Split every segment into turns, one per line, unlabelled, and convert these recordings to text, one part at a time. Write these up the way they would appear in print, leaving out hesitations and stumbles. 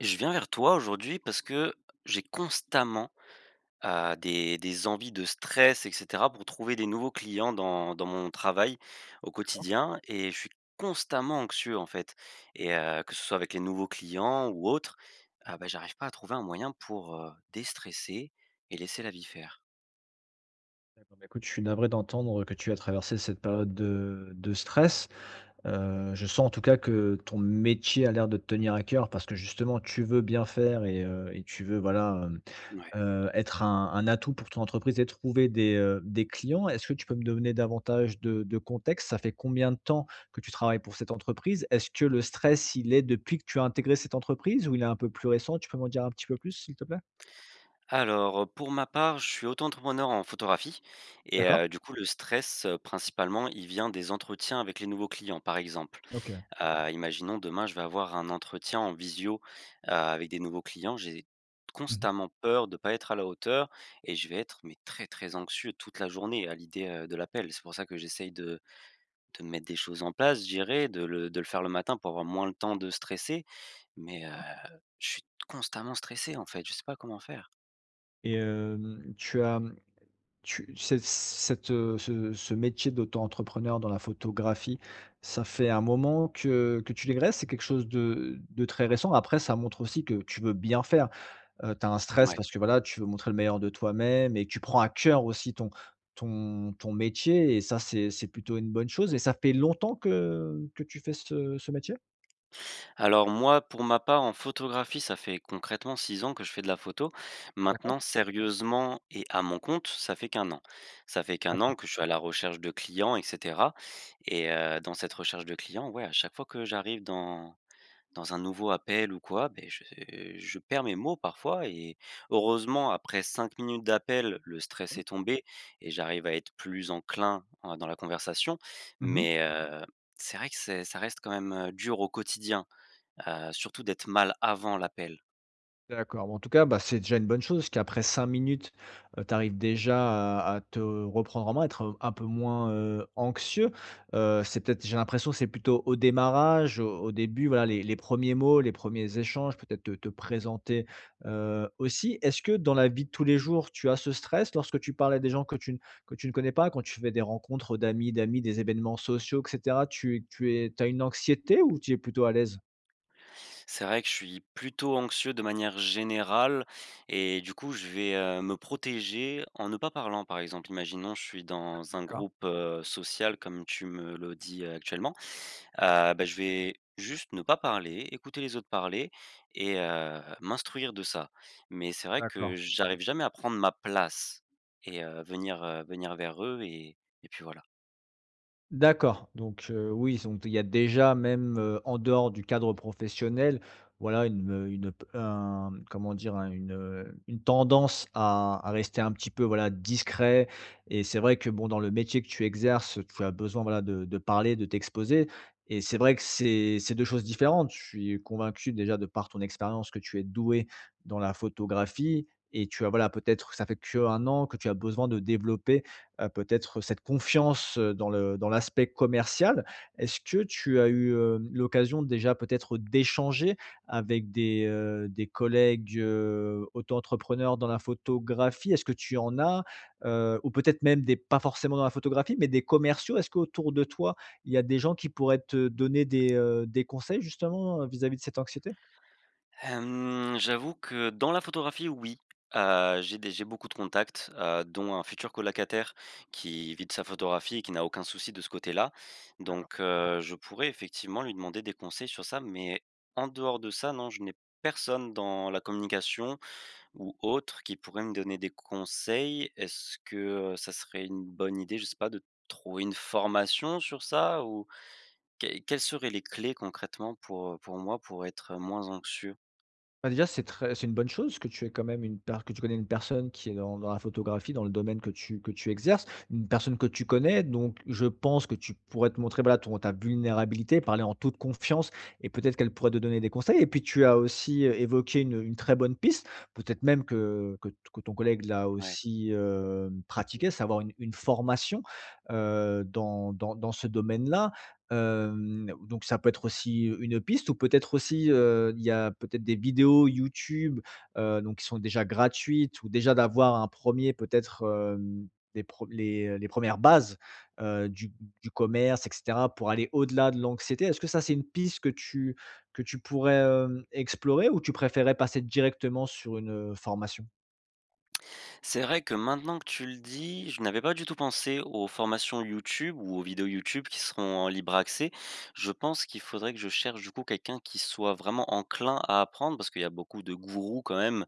Je viens vers toi aujourd'hui parce que j'ai constamment, des envies de stress et cetera pour trouver des nouveaux clients dans mon travail au quotidien et je suis constamment anxieux, en fait, et que ce soit avec les nouveaux clients ou autres, ah bah, j'arrive pas à trouver un moyen pour, déstresser et laisser la vie faire.
D'accord, bah, écoute, je suis navré d'entendre que tu as traversé cette période de stress. Je sens en tout cas que ton métier a l'air de te tenir à cœur parce que justement tu veux bien faire et tu veux voilà,
Ouais.
être un atout pour ton entreprise et trouver des clients. Est-ce que tu peux me donner davantage de contexte? Ça fait combien de temps que tu travailles pour cette entreprise? Est-ce que le stress, il est depuis que tu as intégré cette entreprise ou il est un peu plus récent? Tu peux m'en dire un petit peu plus, s'il te plaît?
Alors, pour ma part, je suis auto-entrepreneur en photographie et
D'accord.
du coup, le stress, principalement, il vient des entretiens avec les nouveaux clients, par exemple.
OK.
Imaginons demain, je vais avoir un entretien en visio, avec des nouveaux clients. J'ai
Mmh.
constamment peur de ne pas être à la hauteur et je vais être, mais très, très anxieux toute la journée à l'idée, de l'appel. C'est pour ça que j'essaye de mettre des choses en place, je dirais, de le faire le matin pour avoir moins le temps de stresser. Mais,
D'accord.
je suis constamment stressé, en fait, je sais pas comment faire.
Et hem, tu as Tu cette cette, ce ce métier d'auto-entrepreneur dans la photographie, ça fait un moment que tu l'égresses? C'est quelque chose de très récent? Après ça montre aussi que tu veux bien faire. Tu as un stress
Ouais.
parce que voilà, tu veux montrer le meilleur de toi-même et que tu prends à cœur aussi ton métier et ça c'est plutôt une bonne chose et ça fait longtemps que tu fais ce métier?
Alors moi, pour ma part, en photographie, ça fait concrètement 6 ans que je fais de la photo.
D'accord,
Maintenant, sérieusement et à mon compte, ça fait qu'un an. Ça fait qu'un an
d'accord.
que je suis à la recherche de clients et cetera, et dans cette recherche de clients, ouais, à chaque fois que j'arrive dans un nouveau appel ou quoi, beh, je perds mes mots parfois et heureusement, après 5 minutes d'appel, le stress est tombé et j'arrive à être plus enclin, dans la conversation,
Mmh.
mais c'est vrai que c'est ça reste quand même, dur au quotidien, surtout d'être mal avant l'appel.
D'accord. Bon, en tout cas, bah, c'est déjà une bonne chose, parce qu'après 5 minutes, tu arrives déjà à te reprendre en main, être un peu moins, anxieux. C'est peut-être j'ai l'impression que c'est plutôt au démarrage, au début, voilà, les premiers mots, les premiers échanges, peut-être te présenter, aussi. Est-ce que dans la vie de tous les jours, tu as ce stress lorsque tu parles à des gens que tu ne connais pas, quand tu fais des rencontres d'amis d'amis, des événements sociaux et cetera, tu as une anxiété ou tu es plutôt à l'aise?
C'est vrai que je suis plutôt anxieux de manière générale et du coup je vais, me protéger en ne pas parlant, par exemple. Imaginons je suis dans un
D'accord,
groupe, social comme tu me le dis, actuellement, bah, je vais juste ne pas parler, écouter les autres parler et m'instruire de ça. Mais c'est vrai que
d'accord.
j'arrive jamais à prendre ma place et venir, venir vers eux et puis voilà.
D'accord, oui, sont il y a déjà même, en dehors du cadre professionnel, voilà une p un comment dire? Une tendance à rester un petit peu, voilà, discret et c'est vrai que bon, dans le métier que tu exerces, tu as besoin, voilà, de parler, de t'exposer et c'est vrai que c'est 2 choses différentes. Je suis convaincu déjà de par ton expérience que tu es doué dans la photographie et tu as voilà, peut-être ça fait que un an que tu as besoin de développer. Peut-être cette confiance, dans le dans l'aspect commercial. Est-ce que tu as eu, l'occasion déjà peut-être d'échanger avec des collègues, auto-entrepreneurs dans la photographie? Est-ce que tu en as? Ou peut-être même des pas forcément dans la photographie, mais des commerciaux? Est-ce qu'autour de toi, il y a des gens qui pourraient te donner des conseils justement, vis-à-vis de cette anxiété?
Hem, j'avoue que dans la photographie, oui, j'ai beaucoup de contacts, dont un futur colocataire qui vit de sa photographie et qui n'a aucun souci de ce côté-là.
D'accord.
Donc je pourrais effectivement lui demander des conseils sur ça, mais en dehors de ça, non, je n'ai personne dans la communication ou autre qui pourrait me donner des conseils. Est-ce que, ça serait une bonne idée, je sais pas, de trouver une formation sur ça? Ou que quelles seraient les clés concrètement pour moi, pour être moins anxieux?
Bah, déjà, c'est une bonne chose que tu aies quand même une per que tu connais une personne qui est dans la photographie, dans le domaine que tu exerces, une personne que tu connais. Donc je pense que tu pourrais te montrer, voilà, ton ta vulnérabilité, parler en toute confiance et peut-être qu'elle pourrait te donner des conseils et puis tu as aussi, évoqué une très bonne piste, peut-être même que ton collègue l'a
Ouais.
aussi, pratiqué, savoir une formation, dans ce domaine-là. Donc ça peut être aussi une piste ou peut-être aussi, il y a peut-être des vidéos YouTube, donc qui sont déjà gratuites ou déjà d'avoir un premier peut-être, hem, les pre les 1 bases, heu, du du commerce et cetera pour aller au-delà de l'anxiété. Est-ce que ça, c'est une piste que tu pourrais, explorer ou tu préférais passer directement sur une, formation?
C'est vrai que maintenant que tu le dis, je n'avais pas du tout pensé aux formations YouTube ou aux vidéos YouTube qui seront en libre accès. Je pense qu'il faudrait que je cherche du coup quelqu'un qui soit vraiment enclin à apprendre, parce qu'il y a beaucoup de gourous quand même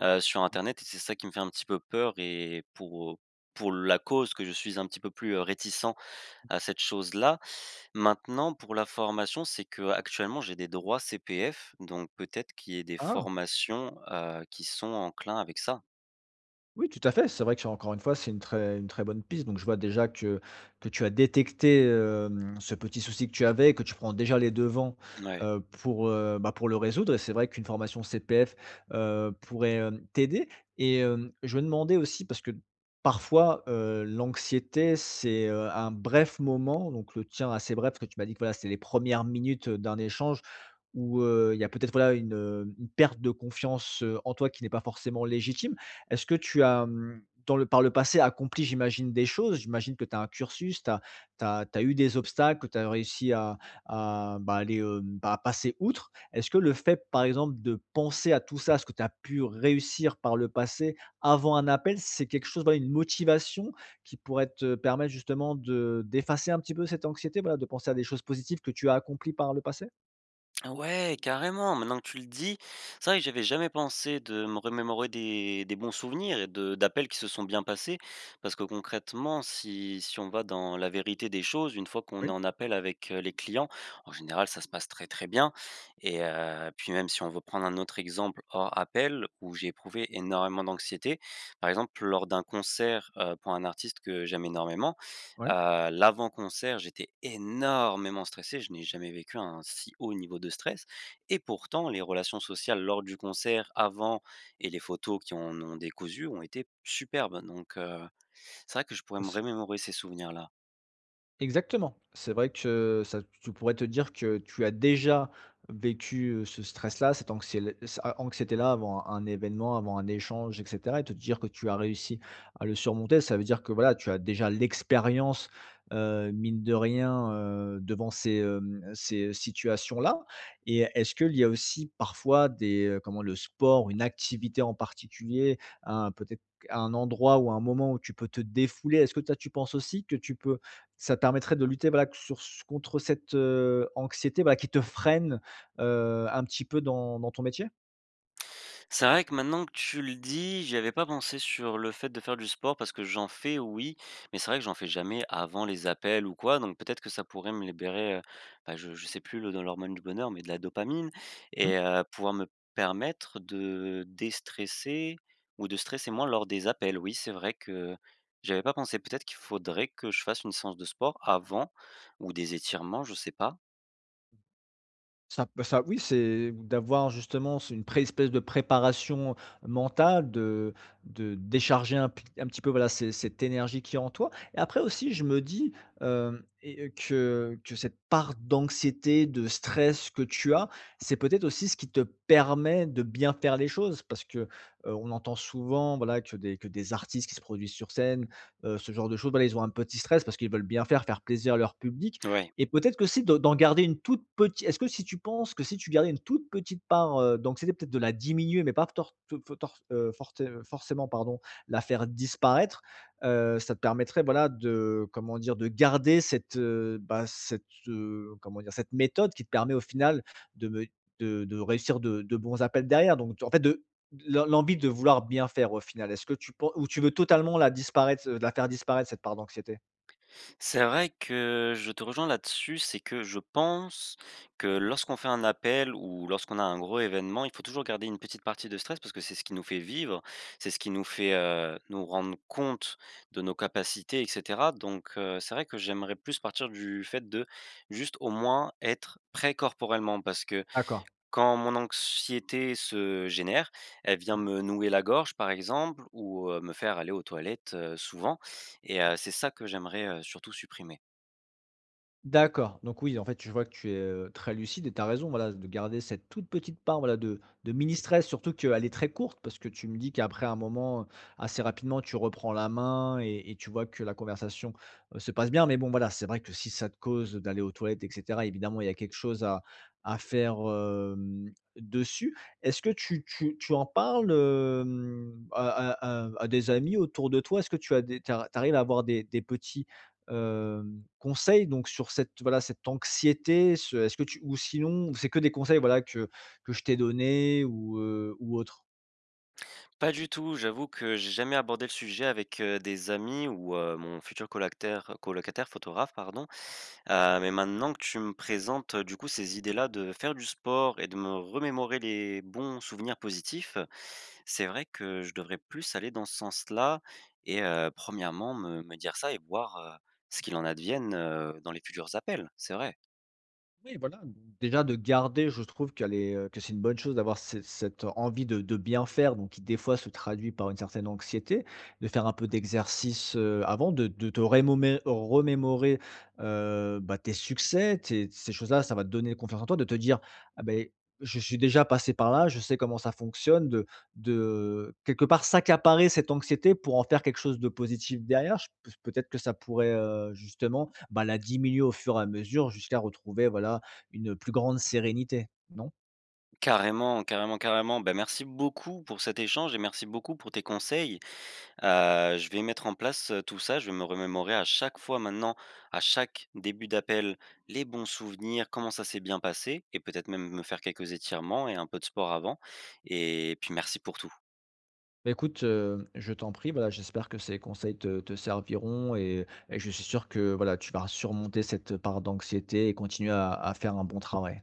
sur Internet, et c'est ça qui me fait un petit peu peur et pour la cause que je suis un petit peu plus réticent à cette chose-là. Maintenant, pour la formation, c'est que actuellement j'ai des droits CPF, donc peut-être qu'il y ait des
Ah!
formations qui sont enclins avec ça.
Oui, tout à fait. C'est vrai que, encore une fois, c'est une très bonne piste. Donc, je vois déjà que tu as détecté, ce petit souci que tu avais et que tu prends déjà les devants,
Ouais.
pour le résoudre. Et c'est vrai qu'une formation CPF, pourrait, t'aider. Et je me demandais aussi, parce que parfois, l'anxiété, c'est, un bref moment, donc le tien assez bref, parce que tu m'as dit que voilà, c'était les premières minutes, d'un échange où, il y a peut-être, voilà, une perte de confiance, en toi qui n'est pas forcément légitime. Est-ce que tu as, hem, dans le par le passé, accompli, j'imagine, des choses? J'imagine que tu as un cursus, tu eu des obstacles que tu as réussi à, bah, aller, hem, bah, à passer outre. Est-ce que le fait, par exemple, de penser à tout ça, ce que tu as pu réussir par le passé avant un appel, c'est quelque chose, voilà, une motivation qui pourrait te permettre justement de d'effacer un petit peu cette anxiété, voilà, de penser à des choses positives que tu as accomplies par le passé?
Ouais, carrément, maintenant que tu le dis, c'est vrai que j'avais jamais pensé de me remémorer des bons souvenirs et de d'appels qui se sont bien passés. Parce que concrètement, si on va dans la vérité des choses, une fois qu'on est
Oui?
en appel avec, les clients, en général, ça se passe très, très bien et puis même si on veut prendre un autre exemple hors appel où j'ai éprouvé énormément d'anxiété, par exemple, lors d'un concert, pour un artiste que j'aime énormément.
Ouais?
L'avant-concert, j'étais énormément stressé, je n'ai jamais vécu un si haut niveau de stress, et pourtant les relations sociales lors du concert, avant, et les photos qui en ont décousu ont été superbes, donc c'est vrai que je pourrais me remémorer ces souvenirs-là.
Exactement. C'est vrai que ça tu pourrais te dire que tu as déjà vécu, ce stress-là, cette anxiél ce anxiété-là avant un événement, avant un échange et cetera et te dire que tu as réussi à le surmonter, ça veut dire que, voilà, tu as déjà l'expérience, mine de rien, devant ces situations-là et est-ce qu'il y a aussi parfois des, comment, le sport, une activité en particulier, un peut-être un endroit ou un moment où tu peux te défouler? Est-ce que ça, tu penses aussi que tu peux ça te permettrait de lutter, voilà, sur ce contre cette, anxiété, voilà, qui te freine, un petit peu dans ton métier?
C'est vrai que maintenant que tu le dis, j'y avais pas pensé sur le fait de faire du sport, parce que j'en fais, oui, mais c'est vrai que j'en fais jamais avant les appels ou quoi, donc peut-être que ça pourrait me libérer, bah, je sais plus le dans l'hormone du bonheur, mais de la dopamine, et pouvoir me permettre de déstresser ou de stresser moins lors des appels. Oui, c'est vrai que j'avais pas pensé. Peut-être qu'il faudrait que je fasse une séance de sport avant ou des étirements, je sais pas.
Ça bah, ça, oui, c'est d'avoir justement c'est une pré espèce de préparation mentale, de décharger un petit peu, voilà, ce cette énergie qui est en toi et après aussi je me dis, hem et que cette part d'anxiété, de stress que tu as, c'est peut-être aussi ce qui te permet de bien faire les choses parce que, on entend souvent, voilà, que des artistes qui se produisent sur scène, ce genre de choses, voilà, ils ont un petit stress parce qu'ils veulent bien faire, faire plaisir à leur public
Ouais.
et peut-être qu'aussi de d'en garder une toute petite. Est-ce que si tu penses que si tu gardais une toute petite part, d'anxiété, peut-être de la diminuer, mais pas tor te fe tor forte forcément, pardon, la faire disparaître, ça te permettrait, voilà, de comment dire? De garder cette, cette, comment dire? Cette méthode qui te permet au final de me de réussir de bons appels derrière, donc en fait de l'envie de vouloir bien faire au final. Est-ce que tu pen ou tu veux totalement la faire disparaître cette part d'anxiété?
C'est vrai que je te rejoins là-dessus, c'est que je pense que lorsqu'on fait un appel ou lorsqu'on a un gros événement, il faut toujours garder une petite partie de stress, parce que c'est ce qui nous fait vivre, c'est ce qui nous fait nous rendre compte de nos capacités, etc. Donc c'est vrai que j'aimerais plus partir du fait de juste au moins être prêt corporellement, parce que
D'accord.
quand mon anxiété se génère, elle vient me nouer la gorge, par exemple, ou, me faire aller aux toilettes, souvent, et c'est ça que j'aimerais, surtout supprimer.
D'accord, donc oui, en fait, je vois que tu es, très lucide et tu as raison, voilà, de garder cette toute petite part, voilà, de mini stress, surtout qu'elle est très courte parce que tu me dis qu'après un moment, assez rapidement, tu reprends la main et tu vois que la conversation, se passe bien. Mais bon, voilà, c'est vrai que si ça te cause d'aller aux toilettes et cetera, évidemment, il y a quelque chose à faire, dessus. Est-ce que tu en parles, à des amis autour de toi? Est-ce que tu as des tu ar tu arrives à avoir des petits, conseils donc sur cette, voilà, cette anxiété, ce est-ce que tu ou sinon, c'est que des conseils, voilà, que je t'ai donné ou autre.
Pas du tout, j'avoue que j'ai jamais abordé le sujet avec, des amis ou mon futur colocataire, colocataire photographe, pardon. Mais maintenant que tu me présentes, du coup, ces idées-là de faire du sport et de me remémorer les bons souvenirs positifs, c'est vrai que je devrais plus aller dans ce sens-là et premièrement me dire ça et voir, ce qu'il en advienne, dans les futurs appels, c'est vrai.
Oui, voilà, déjà de garder, je trouve qu'elle est, que c'est une bonne chose d'avoir ce cette envie de bien faire, donc qui des fois se traduit par une certaine anxiété, de faire un peu d'exercice, avant, de te rémomé remémorer, tes succès, tes ces choses-là, ça va te donner confiance en toi, de te dire: «Ah ben, je suis déjà passé par là, je sais comment ça fonctionne», de quelque part s'accaparer cette anxiété pour en faire quelque chose de positif derrière. Je Peut-être que ça pourrait, justement bah, la diminuer au fur et à mesure jusqu'à retrouver, voilà, une plus grande sérénité, non?
Carrément, carrément, carrément. Ben merci beaucoup pour cet échange et merci beaucoup pour tes conseils. Je vais mettre en place, tout ça. Je vais me remémorer à chaque fois maintenant, à chaque début d'appel, les bons souvenirs, comment ça s'est bien passé, et peut-être même me faire quelques étirements et un peu de sport avant, et puis merci pour tout.
Bah, écoute, je t'en prie, voilà, j'espère que ces conseils te serviront et je suis sûr que, voilà, tu vas surmonter cette part d'anxiété et continuer à faire un bon travail.